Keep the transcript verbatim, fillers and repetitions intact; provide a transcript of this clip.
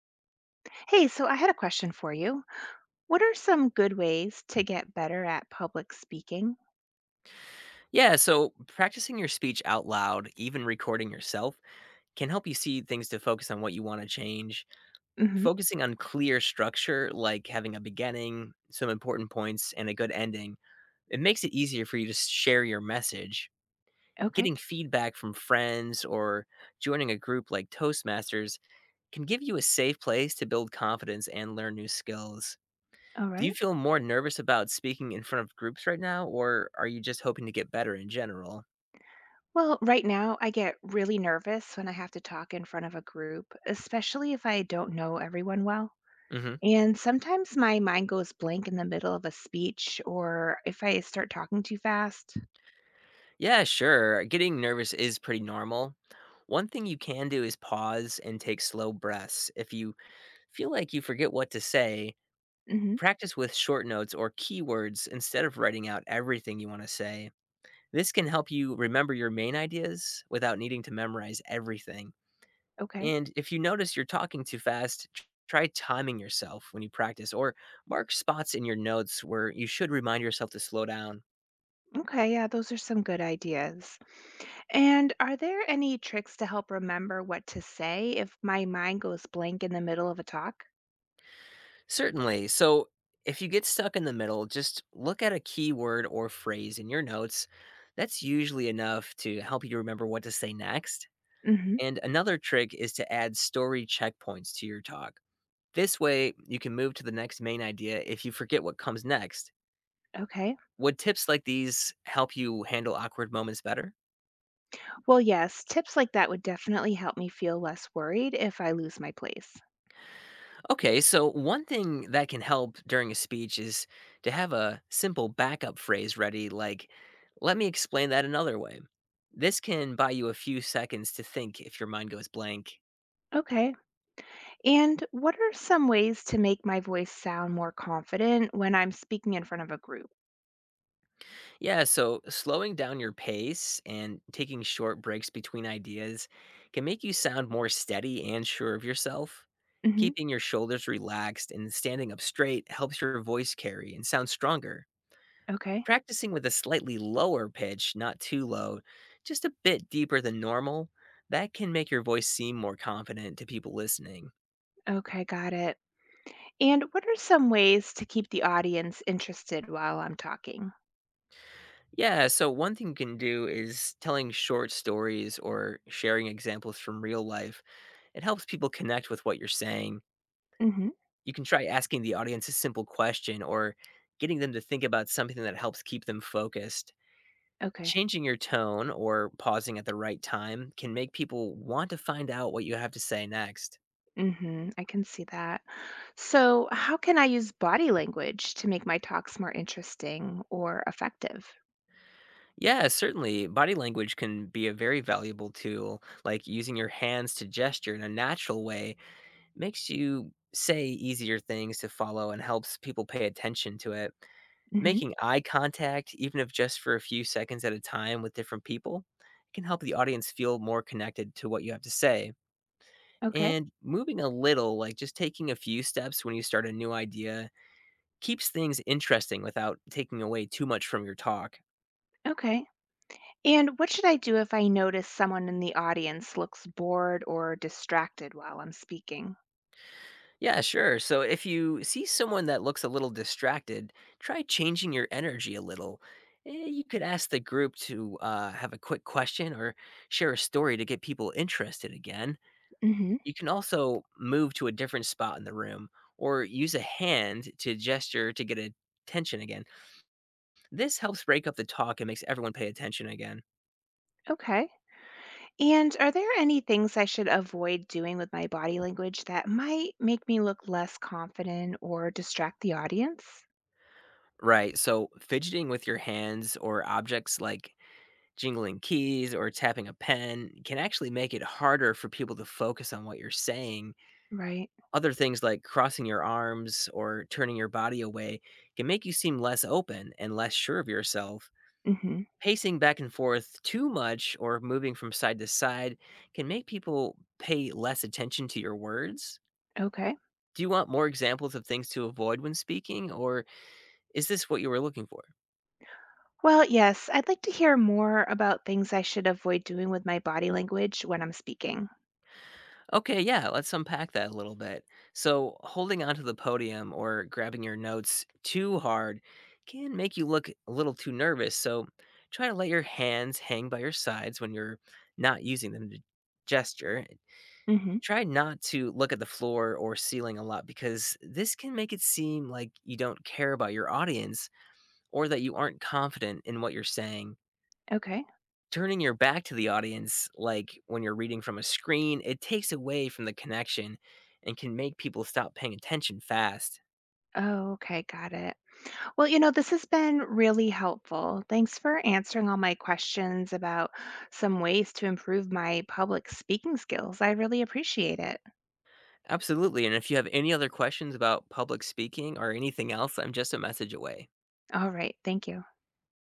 Hey, so I had a question for you. What are some good ways to get better at public speaking? Yeah, so practicing your speech out loud, even recording yourself, can help you see things to focus on what you want to change. Hmm. Focusing on clear structure, like having a beginning, some important points, and a good ending, it makes it easier for you to s- share your message. Okay. Getting feedback from friends or joining a group like Toastmasters can give you a safe place to build confidence and learn new skills. All Do you right. feel more nervous about speaking in front of groups right now, or are you just hoping to get better in general? Well, right now I get really nervous when I have to talk in front of a group, especially if I don't know everyone well. Mm-hmm. And sometimes my mind goes blank in the middle of a speech or if I start talking too fast. Yeah, sure. Getting nervous is pretty normal. One thing you can do is pause and take slow breaths. If you feel like you forget what to say, Hmm. practice with short notes or keywords instead of writing out everything you want to say. This can help you remember your main ideas without needing to memorize everything. Okay. And if you notice you're talking too fast, tr- try timing yourself when you practice or mark spots in your notes where you should remind yourself to slow down. Okay, yeah, those are some good ideas. And are there any tricks to help remember what to say if my mind goes blank in the middle of a talk? Certainly. So if you get stuck in the middle, just look at a keyword or phrase in your notes. That's usually enough to help you remember what to say next. Hmm. And another trick is to add story checkpoints to your talk. This way, you can move to the next main idea if you forget what comes next. Okay. Would tips like these help you handle awkward moments better? Well, yes, tips like that would definitely help me feel less worried if I lose my place. Okay, so one thing that can help during a speech is to have a simple backup phrase ready, like, let me explain that another way. This can buy you a few seconds to think if your mind goes blank. Okay. And what are some ways to make my voice sound more confident when I'm speaking in front of a group? Yeah, so slowing down your pace and taking short breaks between ideas can make you sound more steady and sure of yourself. Hmm. Keeping your shoulders relaxed and standing up straight helps your voice carry and sound stronger. Okay. Practicing with a slightly lower pitch, not too low, just a bit deeper than normal, that can make your voice seem more confident to people listening. Okay, got it. And what are some ways to keep the audience interested while I'm talking? Yeah, so one thing you can do is telling short stories or sharing examples from real life. It helps people connect with what you're saying. Hmm. You can try asking the audience a simple question or getting them to think about something that helps keep them focused. Okay. Changing your tone or pausing at the right time can make people want to find out what you have to say next. hmm I can see that. So, how can I use body language to make my talks more interesting or effective? Yeah, certainly. Body language can be a very valuable tool. Like using your hands to gesture in a natural way makes you say easier things to follow and helps people pay attention to it. Hmm. Making eye contact, even if just for a few seconds at a time with different people, can help the audience feel more connected to what you have to say. Okay. And moving a little, like just taking a few steps when you start a new idea, keeps things interesting without taking away too much from your talk. Okay. And what should I do if I notice someone in the audience looks bored or distracted while I'm speaking? Yeah, sure. So if you see someone that looks a little distracted, try changing your energy a little. Eh, You could ask the group to uh, have a quick question or share a story to get people interested again. Hmm. You can also move to a different spot in the room or use a hand to gesture to get attention again. This helps break up the talk and makes everyone pay attention again. Okay. And are there any things I should avoid doing with my body language that might make me look less confident or distract the audience? Right. So fidgeting with your hands or objects like jingling keys or tapping a pen can actually make it harder for people to focus on what you're saying. Right. Other things like crossing your arms or turning your body away can make you seem less open and less sure of yourself. Hmm. Pacing back and forth too much or moving from side to side can make people pay less attention to your words. Okay. Do you want more examples of things to avoid when speaking, or is this what you were looking for? Well, yes, I'd like to hear more about things I should avoid doing with my body language when I'm speaking. Okay, yeah, let's unpack that a little bit. So, holding onto the podium or grabbing your notes too hard can make you look a little too nervous. So, try to let your hands hang by your sides when you're not using them to gesture. Hmm. Try not to look at the floor or ceiling a lot because this can make it seem like you don't care about your audience or that you aren't confident in what you're saying. Okay. Turning your back to the audience, like when you're reading from a screen, it takes away from the connection and can make people stop paying attention fast. Oh, okay. Got it. Well, you know, this has been really helpful. Thanks for answering all my questions about some ways to improve my public speaking skills. I really appreciate it. Absolutely. And if you have any other questions about public speaking or anything else, I'm just a message away. All right. Thank you.